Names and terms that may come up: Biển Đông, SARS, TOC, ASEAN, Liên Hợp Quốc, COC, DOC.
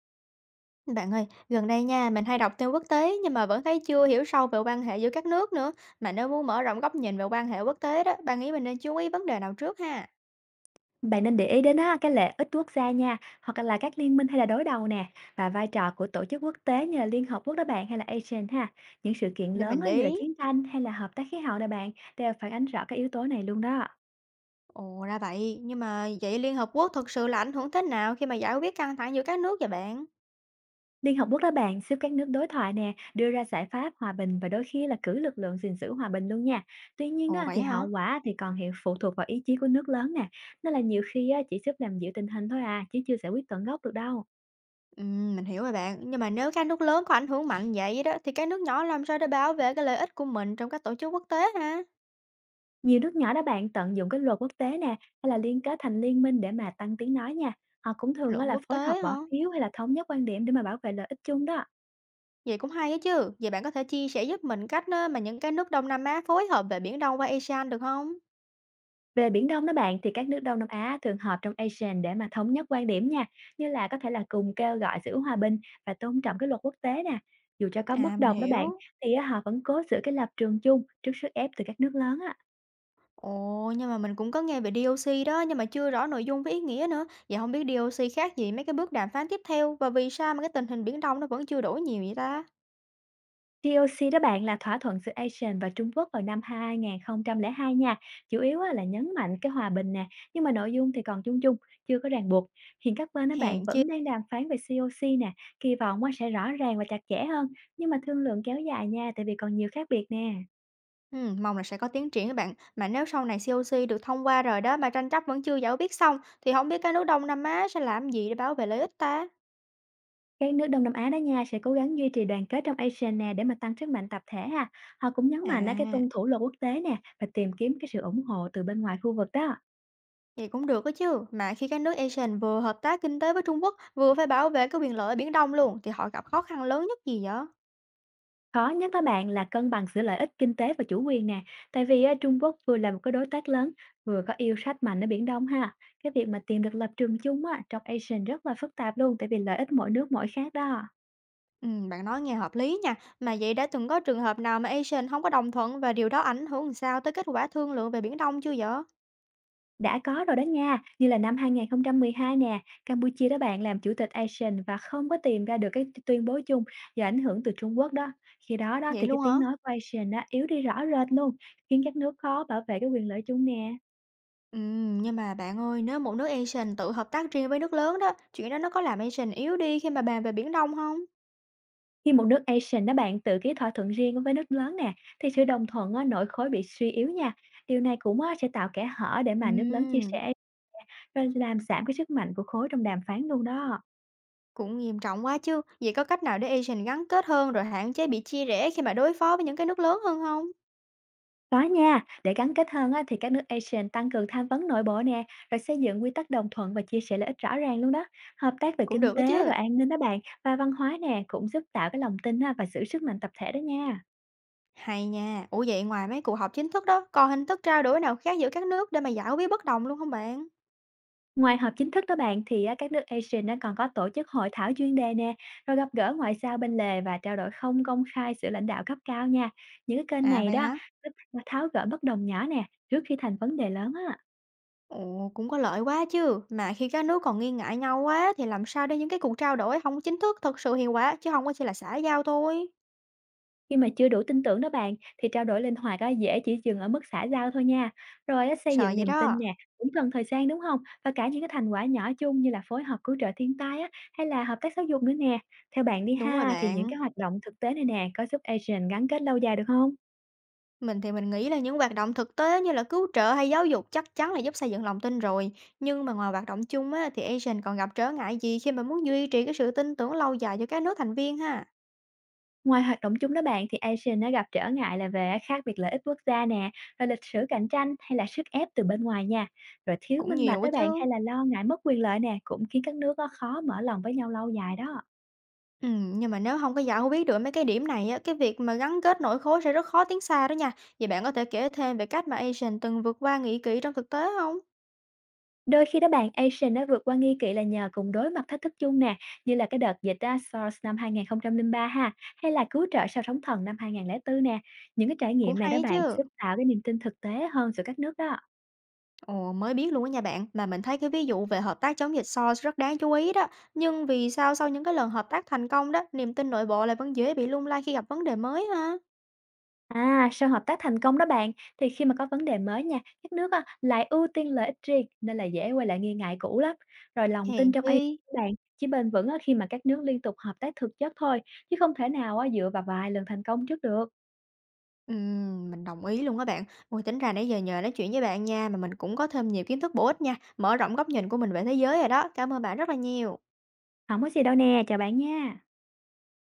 Bạn ơi, gần đây nha, mình hay đọc tin quốc tế nhưng mà vẫn thấy chưa hiểu sâu về quan hệ giữa các nước nữa. Mà nếu muốn mở rộng góc nhìn về quan hệ quốc tế đó, bạn nghĩ mình nên chú ý vấn đề nào trước ha? Bạn nên để ý đến á, cái lợi ích quốc gia nha, hoặc là các liên minh hay là đối đầu nè, và vai trò của tổ chức quốc tế như là Liên Hợp Quốc đó bạn, hay là ASEAN ha. Những sự kiện Để lớn mình á, như là đi. chiến tranh hay là hợp tác khí hậu đó bạn, đều phản ánh rõ các yếu tố này luôn đó. Ồ, ra vậy. Nhưng mà vậy Liên Hợp Quốc thực sự là ảnh hưởng thế nào khi mà giải quyết căng thẳng giữa các nước vậy bạn? Liên Hợp Quốc đó bạn giúp các nước đối thoại nè, đưa ra giải pháp hòa bình và đôi khi là cử lực lượng gìn giữ hòa bình luôn nha. Tuy nhiên Ồ, đó vậy thì hả? hậu quả thì còn hiện phụ thuộc vào ý chí của nước lớn nè, nên là nhiều khi á, chỉ giúp làm dịu tình hình thôi à, chứ chưa giải quyết tận gốc được đâu. Ừ, mình hiểu rồi bạn. Nhưng mà nếu các nước lớn có ảnh hưởng mạnh vậy đó, thì các nước nhỏ làm sao để bảo vệ cái lợi ích của mình trong các tổ chức quốc tế ha? Nhiều nước nhỏ đó bạn tận dụng cái luật quốc tế nè, hay là liên kết thành liên minh để mà tăng tiếng nói nha. Họ cũng thường Luật á là quốc phối hợp tế hả? bỏ phiếu hay là thống nhất quan điểm để mà bảo vệ lợi ích chung đó. Vậy cũng hay á chứ. Vậy bạn có thể chia sẻ giúp mình cách á, mà những cái nước Đông Nam Á phối hợp về Biển Đông qua ASEAN được không? Về Biển Đông đó bạn, thì các nước Đông Nam Á thường họp trong ASEAN để mà thống nhất quan điểm nha, như là có thể là cùng kêu gọi giữ hòa bình và tôn trọng cái luật quốc tế nè. Dù cho có À, bất mình đồng đó bạn, hiểu. thì á, họ vẫn cố giữ cái lập trường chung trước sức ép từ các nước lớn á. Ồ, nhưng mà mình cũng có nghe về DOC đó, nhưng mà chưa rõ nội dung với ý nghĩa nữa. Vậy không biết DOC khác gì mấy cái bước đàm phán tiếp theo và vì sao mà cái tình hình Biển Đông nó vẫn chưa đổi nhiều vậy ta? TOC đó bạn là thỏa thuận giữa ASEAN và Trung Quốc vào năm 2002 nha, chủ yếu á là nhấn mạnh cái hòa bình nè, nhưng mà nội dung thì còn chung chung, chưa có ràng buộc. Hiện các bên đó Hèn bạn chi. vẫn đang đàm phán về COC nè, kỳ vọng á sẽ rõ ràng và chặt chẽ hơn, nhưng mà thương lượng kéo dài nha, tại vì còn nhiều khác biệt nè. Mong là sẽ có tiến triển các bạn. Mà nếu sau này COC được thông qua rồi đó mà tranh chấp vẫn chưa giải quyết xong thì không biết các nước Đông Nam Á sẽ làm gì để bảo vệ lợi ích ta? Các nước Đông Nam Á đó nha sẽ cố gắng duy trì đoàn kết trong ASEAN nè, để mà tăng sức mạnh tập thể ha. Họ cũng nhấn mạnh á cái À. tuân thủ luật quốc tế nè, và tìm kiếm cái sự ủng hộ từ bên ngoài khu vực đó. Vậy cũng được đó chứ, mà khi các nước ASEAN vừa hợp tác kinh tế với Trung Quốc, vừa phải bảo vệ cái quyền lợi ở Biển Đông luôn, thì họ gặp khó khăn lớn nhất gì vậy? Khó nhất đó bạn là cân bằng giữa lợi ích kinh tế và chủ quyền nè, tại vì á, Trung Quốc vừa là một cái đối tác lớn, vừa có yêu sách mạnh ở Biển Đông ha. Cái việc mà tìm được lập trường chung á, trong ASEAN rất là phức tạp luôn, tại vì lợi ích mỗi nước mỗi khác đó. Ừ, bạn nói nghe hợp lý nha, mà vậy đã từng có trường hợp nào mà ASEAN không có đồng thuận và điều đó ảnh hưởng sao tới kết quả thương lượng về Biển Đông chưa vậy? Đã có rồi đó nha, như là năm 2012 nè, Campuchia đó bạn làm chủ tịch ASEAN và không có tìm ra được cái tuyên bố chung do ảnh hưởng từ Trung Quốc đó. Khi đó đó Vậy thì cái luôn hả? tiếng nói của ASEAN á, yếu đi rõ rệt luôn, khiến các nước khó bảo vệ cái quyền lợi chung nè. Ừ, nhưng mà bạn ơi, nếu một nước ASEAN tự hợp tác riêng với nước lớn đó, chuyện đó nó có làm ASEAN yếu đi khi mà bàn về Biển Đông không? Khi một nước Asian đó bạn tự ký thỏa thuận riêng với nước lớn nè, thì sự đồng thuận á, nội khối bị suy yếu nha. Điều này cũng á, sẽ tạo kẽ hở để Ừ, mà nước lớn chia sẻ, rồi làm giảm cái sức mạnh của khối trong đàm phán luôn đó. cũng nghiêm trọng quá chứ. Vậy có cách nào để ASEAN gắn kết hơn rồi hạn chế bị chia rẽ khi mà đối phó với những cái nước lớn hơn không? Có nha, để gắn kết hơn á, thì các nước Asian tăng cường tham vấn nội bộ nè, rồi xây dựng quy tắc đồng thuận và chia sẻ lợi ích rõ ràng luôn đó. Hợp tác về Cũng kinh được đó tế, chứ. rồi an ninh đó bạn, và văn hóa nè cũng giúp tạo cái lòng tin ha, và giữ sức mạnh tập thể đó nha. Hay nha. Ủa vậy ngoài mấy cuộc họp chính thức đó, còn hình thức trao đổi nào khác giữa các nước để mà giải quyết bất đồng luôn không bạn? Ngoài họp chính thức đó bạn thì á, các nước ASEAN á, còn có tổ chức hội thảo chuyên đề nè, rồi gặp gỡ ngoại giao bên lề và trao đổi không công khai giữa lãnh đạo cấp cao nha. Những cái kênh À này vậy đó hả? giúp tháo gỡ bất đồng nhỏ nè, trước khi thành vấn đề lớn á. Ồ, cũng có lợi quá chứ. Mà khi các nước còn nghi ngại nhau quá thì làm sao để những cái cuộc trao đổi không có chính thức thật sự hiệu quả chứ không có chỉ là xã giao thôi. Khi mà chưa đủ tin tưởng đó bạn, thì trao đổi linh hoạt á, dễ chỉ dừng ở mức xã giao thôi nha. Rồi á, xây Sợ dựng vậy niềm tin đó. nè cũng cần thời gian đúng không? Và cả những cái thành quả nhỏ chung như là phối hợp cứu trợ thiên tai á, hay là hợp tác giáo dục nữa nè. Theo bạn đi Đúng rồi ha, thì những bạn. cái hoạt động thực tế này nè có giúp ASEAN gắn kết lâu dài được không? Mình thì mình nghĩ là những hoạt động thực tế như là cứu trợ hay giáo dục chắc chắn là giúp xây dựng lòng tin rồi. Nhưng mà ngoài hoạt động chung á, thì Asian còn gặp trở ngại gì khi mà muốn duy trì cái sự tin tưởng lâu dài giữa các nước thành viên ha? Ngoài hoạt động chung đó bạn, thì ASEAN nó gặp trở ngại là về khác biệt lợi ích quốc gia nè, rồi lịch sử cạnh tranh hay là sức ép từ bên ngoài nha. Rồi thiếu Cũng minh bạch nhiều á đó bạn, chứ. hay là lo ngại mất quyền lợi nè cũng khiến các nước á, khó mở lòng với nhau lâu dài đó. Nhưng mà nếu không có giải quyết được mấy cái điểm này á, cái việc mà gắn kết nội khối sẽ rất khó tiến xa đó nha. Vậy bạn có thể kể thêm về cách mà Asian từng vượt qua nghĩ kỹ trong thực tế không? Đôi khi đó bạn ASEAN nó vượt qua nghi kỵ là nhờ cùng đối mặt thách thức chung nè, như là cái đợt dịch á, SARS năm 2003 ha, hay là cứu trợ sau sóng thần năm 2004 nè. Những cái trải Cũng nghiệm này hay đó á bạn chứ. giúp tạo cái niềm tin thực tế hơn giữa các nước đó. Ồ, mới biết luôn á nha bạn, mà mình thấy cái ví dụ về hợp tác chống dịch SARS rất đáng chú ý đó. Nhưng vì sao sau những cái lần hợp tác thành công đó, niềm tin nội bộ lại vẫn dễ bị lung lay khi gặp vấn đề mới ha? À, sau hợp tác thành công đó bạn, thì khi mà có vấn đề mới nha, các nước á, lại ưu tiên lợi ích riêng nên là dễ quay lại nghi ngại cũ lắm. Rồi lòng Hèn tin trong chi. AI của bạn chỉ bền vững á, khi mà các nước liên tục hợp tác thực chất thôi, chứ không thể nào á, dựa vào vài lần thành công trước được. Mình đồng ý luôn á bạn. Ôi, tính ra nãy giờ nhờ nói chuyện với bạn nha, mà mình cũng có thêm nhiều kiến thức bổ ích nha, mở rộng góc nhìn của mình về thế giới rồi đó. Cảm ơn bạn rất là nhiều. Không có gì đâu nè, chào bạn nha.